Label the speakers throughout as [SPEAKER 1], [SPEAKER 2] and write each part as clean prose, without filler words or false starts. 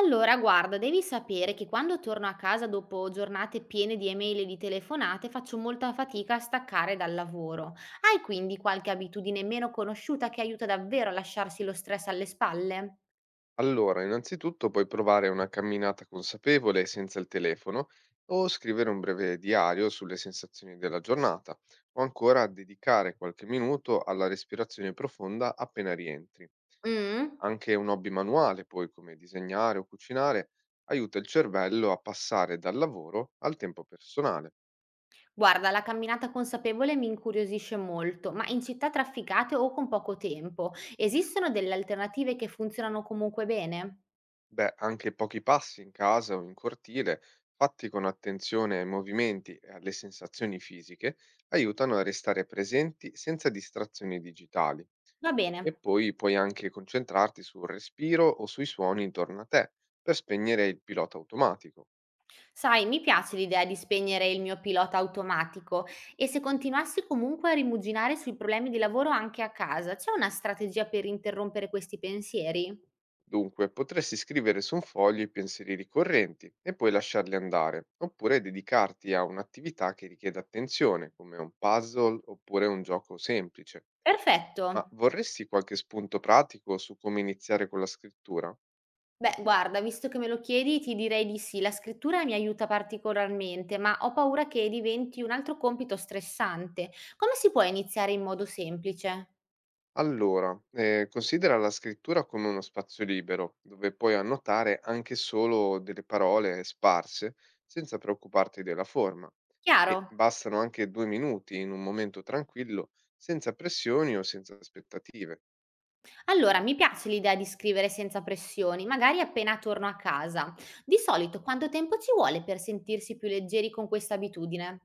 [SPEAKER 1] Allora, guarda, devi sapere che quando torno a casa dopo giornate piene di email e di telefonate faccio molta fatica a staccare dal lavoro. Hai quindi qualche abitudine meno conosciuta che aiuta davvero a lasciarsi lo stress alle spalle?
[SPEAKER 2] Allora, innanzitutto puoi provare una camminata consapevole senza il telefono o scrivere un breve diario sulle sensazioni della giornata o ancora dedicare qualche minuto alla respirazione profonda appena rientri.
[SPEAKER 1] Mm?
[SPEAKER 2] Anche un hobby manuale, poi come disegnare o cucinare, aiuta il cervello a passare dal lavoro al tempo personale.
[SPEAKER 1] Guarda, la camminata consapevole mi incuriosisce molto, ma in città trafficate o con poco tempo, esistono delle alternative che funzionano comunque bene?
[SPEAKER 2] Beh, anche pochi passi in casa o in cortile, fatti con attenzione ai movimenti e alle sensazioni fisiche, aiutano a restare presenti senza distrazioni digitali.
[SPEAKER 1] Va bene.
[SPEAKER 2] E poi puoi anche concentrarti sul respiro o sui suoni intorno a te per spegnere il pilota automatico.
[SPEAKER 1] Sai, mi piace l'idea di spegnere il mio pilota automatico e se continuassi comunque a rimuginare sui problemi di lavoro anche a casa, c'è una strategia per interrompere questi pensieri?
[SPEAKER 2] Dunque, potresti scrivere su un foglio i pensieri ricorrenti e poi lasciarli andare, oppure dedicarti a un'attività che richiede attenzione, come un puzzle oppure un gioco semplice. Ma
[SPEAKER 1] Perfetto.
[SPEAKER 2] vorresti qualche spunto pratico su come iniziare con la scrittura?
[SPEAKER 1] Beh, guarda, visto che me lo chiedi, ti direi di sì, la scrittura mi aiuta particolarmente, ma ho paura che diventi un altro compito stressante. Come si può iniziare in modo semplice?
[SPEAKER 2] Allora, considera la scrittura come uno spazio libero, dove puoi annotare anche solo delle parole sparse, senza preoccuparti della forma.
[SPEAKER 1] Chiaro?
[SPEAKER 2] E bastano anche 2 minuti in un momento tranquillo, senza pressioni o senza aspettative.
[SPEAKER 1] Allora, mi piace l'idea di scrivere senza pressioni, magari appena torno a casa. Di solito quanto tempo ci vuole per sentirsi più leggeri con questa abitudine?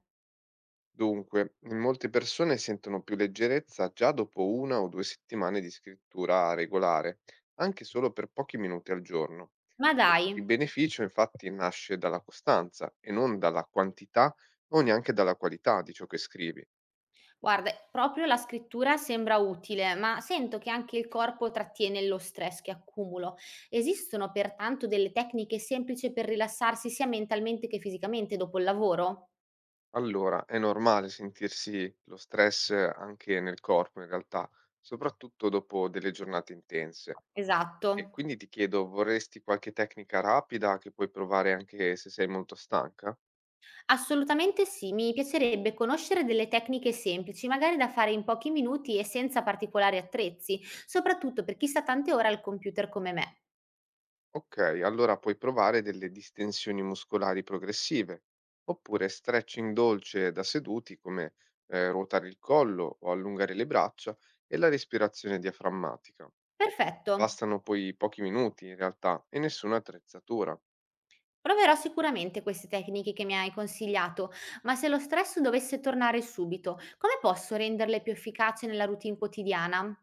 [SPEAKER 2] Dunque, in molte persone sentono più leggerezza già dopo una o 2 settimane di scrittura regolare, anche solo per pochi minuti al giorno.
[SPEAKER 1] Ma
[SPEAKER 2] E
[SPEAKER 1] dai,
[SPEAKER 2] il beneficio infatti nasce dalla costanza e non dalla quantità o neanche dalla qualità di ciò che scrivi.
[SPEAKER 1] guarda, proprio la scrittura sembra utile, ma sento che anche il corpo trattiene lo stress che accumulo. Esistono pertanto delle tecniche semplici per rilassarsi sia mentalmente che fisicamente dopo il lavoro?
[SPEAKER 2] Allora è normale sentirsi lo stress anche nel corpo in realtà, soprattutto dopo delle giornate intense.
[SPEAKER 1] Esatto.
[SPEAKER 2] E quindi ti chiedo, vorresti qualche tecnica rapida che puoi provare anche se sei molto stanca?
[SPEAKER 1] Assolutamente sì, mi piacerebbe conoscere delle tecniche semplici, magari da fare in pochi minuti e senza particolari attrezzi, soprattutto per chi sta tante ore al computer come me.
[SPEAKER 2] Ok, allora puoi provare delle distensioni muscolari progressive, oppure stretching dolce da seduti come ruotare il collo o allungare le braccia e la respirazione diaframmatica.
[SPEAKER 1] Perfetto,
[SPEAKER 2] Bastano poi pochi minuti in realtà e nessuna attrezzatura.
[SPEAKER 1] proverò sicuramente queste tecniche che mi hai consigliato, ma se lo stress dovesse tornare subito, come posso renderle più efficaci nella routine quotidiana?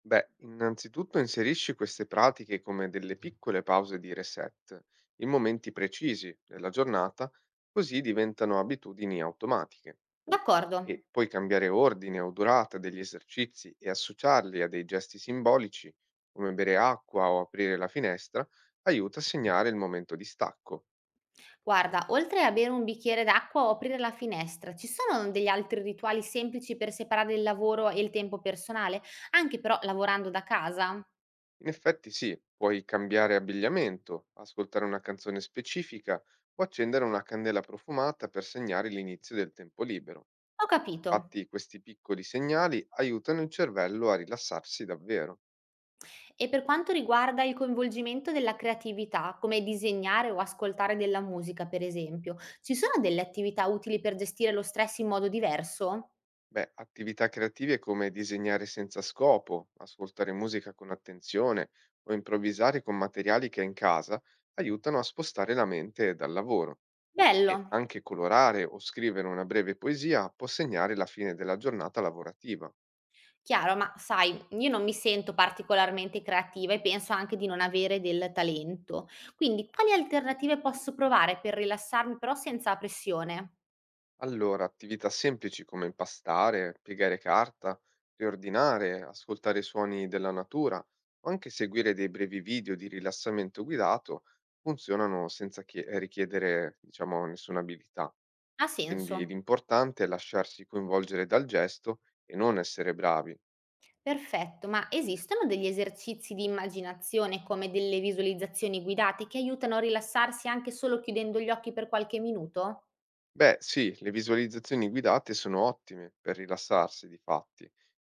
[SPEAKER 2] Beh, innanzitutto inserisci queste pratiche come delle piccole pause di reset in momenti precisi della giornata, così diventano abitudini automatiche.
[SPEAKER 1] D'accordo.
[SPEAKER 2] E poi cambiare ordine o durata degli esercizi e associarli a dei gesti simbolici, come bere acqua o aprire la finestra, aiuta a segnare il momento di stacco.
[SPEAKER 1] Guarda, oltre a bere un bicchiere d'acqua o aprire la finestra, ci sono degli altri rituali semplici per separare il lavoro e il tempo personale, anche però lavorando da casa?
[SPEAKER 2] In effetti sì, puoi cambiare abbigliamento, ascoltare una canzone specifica o accendere una candela profumata per segnare l'inizio del tempo libero.
[SPEAKER 1] Ho capito.
[SPEAKER 2] Infatti questi piccoli segnali aiutano il cervello a rilassarsi davvero.
[SPEAKER 1] E per quanto riguarda il coinvolgimento della creatività, come disegnare o ascoltare della musica, per esempio, ci sono delle attività utili per gestire lo stress in modo diverso?
[SPEAKER 2] Beh, attività creative come disegnare senza scopo, ascoltare musica con attenzione o improvvisare con materiali che hai in casa aiutano a spostare la mente dal lavoro
[SPEAKER 1] Bello.
[SPEAKER 2] e anche colorare o scrivere una breve poesia può segnare la fine della giornata lavorativa.
[SPEAKER 1] Chiaro, ma sai, io non mi sento particolarmente creativa e penso anche di non avere del talento. Quindi, quali alternative posso provare per rilassarmi però senza pressione?
[SPEAKER 2] Allora, attività semplici come impastare, piegare carta, riordinare, ascoltare i suoni della natura o anche seguire dei brevi video di rilassamento guidato funzionano senza richiedere, diciamo, nessuna abilità.
[SPEAKER 1] Ha
[SPEAKER 2] Quindi
[SPEAKER 1] senso.
[SPEAKER 2] l'importante è lasciarsi coinvolgere dal gesto e non essere bravi.
[SPEAKER 1] Perfetto, ma esistono degli esercizi di immaginazione come delle visualizzazioni guidate che aiutano a rilassarsi anche solo chiudendo gli occhi per qualche minuto?
[SPEAKER 2] Beh, sì, le visualizzazioni guidate sono ottime per rilassarsi, di fatti.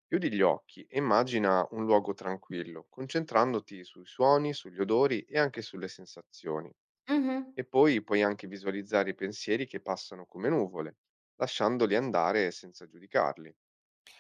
[SPEAKER 2] Chiudi gli occhi e immagina un luogo tranquillo, concentrandoti sui suoni, sugli odori e anche sulle sensazioni.
[SPEAKER 1] Mhm.
[SPEAKER 2] E poi puoi anche visualizzare i pensieri che passano come nuvole, lasciandoli andare senza giudicarli.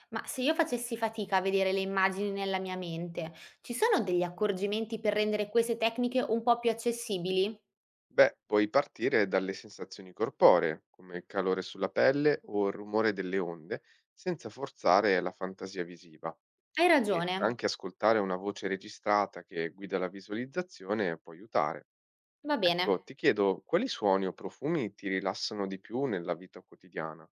[SPEAKER 1] Ma se io facessi fatica a vedere le immagini nella mia mente, ci sono degli accorgimenti per rendere queste tecniche un po' più accessibili?
[SPEAKER 2] Beh, puoi partire dalle sensazioni corporee, come il calore sulla pelle o il rumore delle onde, senza forzare la fantasia visiva.
[SPEAKER 1] Hai
[SPEAKER 2] E
[SPEAKER 1] ragione.
[SPEAKER 2] anche ascoltare una voce registrata che guida la visualizzazione può aiutare.
[SPEAKER 1] Va bene.
[SPEAKER 2] Ecco, ti chiedo quali suoni o profumi ti rilassano di più nella vita quotidiana?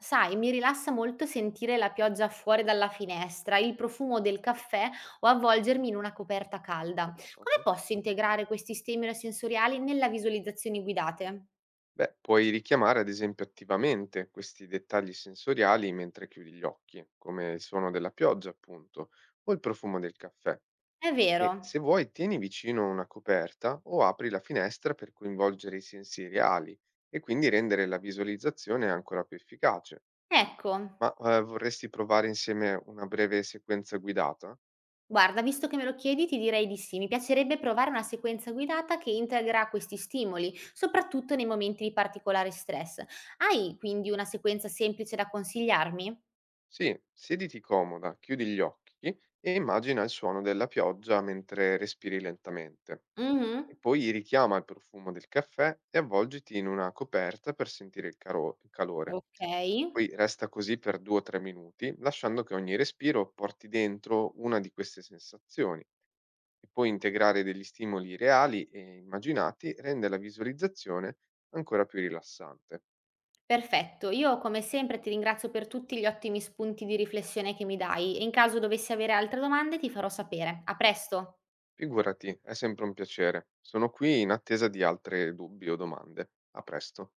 [SPEAKER 1] Sai, mi rilassa molto sentire la pioggia fuori dalla finestra, il profumo del caffè o avvolgermi in una coperta calda. Come
[SPEAKER 2] Ah-ah.
[SPEAKER 1] posso integrare questi stimoli sensoriali nella visualizzazione guidate?
[SPEAKER 2] Beh, puoi richiamare ad esempio attivamente questi dettagli sensoriali mentre chiudi gli occhi, come il suono della pioggia, appunto, o il profumo del caffè.
[SPEAKER 1] È
[SPEAKER 2] E
[SPEAKER 1] vero.
[SPEAKER 2] se vuoi, tieni vicino una coperta o apri la finestra per coinvolgere i sensi reali e quindi rendere la visualizzazione ancora più efficace.
[SPEAKER 1] Ecco.
[SPEAKER 2] Ma vorresti provare insieme una breve sequenza guidata?
[SPEAKER 1] Guarda, visto che me lo chiedi, ti direi di sì. Mi piacerebbe provare una sequenza guidata che integra questi stimoli, soprattutto nei momenti di particolare stress. Hai quindi una sequenza semplice da consigliarmi?
[SPEAKER 2] Sì, siediti comoda, chiudi gli occhi e immagina il suono della pioggia mentre respiri lentamente. E
[SPEAKER 1] Mhm.
[SPEAKER 2] poi richiama il profumo del caffè e avvolgiti in una coperta per sentire il, il calore.
[SPEAKER 1] Ok.
[SPEAKER 2] Poi resta così per 2 o 3 minuti, lasciando che ogni respiro porti dentro una di queste sensazioni. E poi integrare degli stimoli reali e immaginati rende la visualizzazione ancora più rilassante.
[SPEAKER 1] Perfetto, io come sempre ti ringrazio per tutti gli ottimi spunti di riflessione che mi dai e in caso dovessi avere altre domande ti farò sapere. A presto!
[SPEAKER 2] Figurati, è sempre un piacere. Sono qui in attesa di altri dubbi o domande. A presto.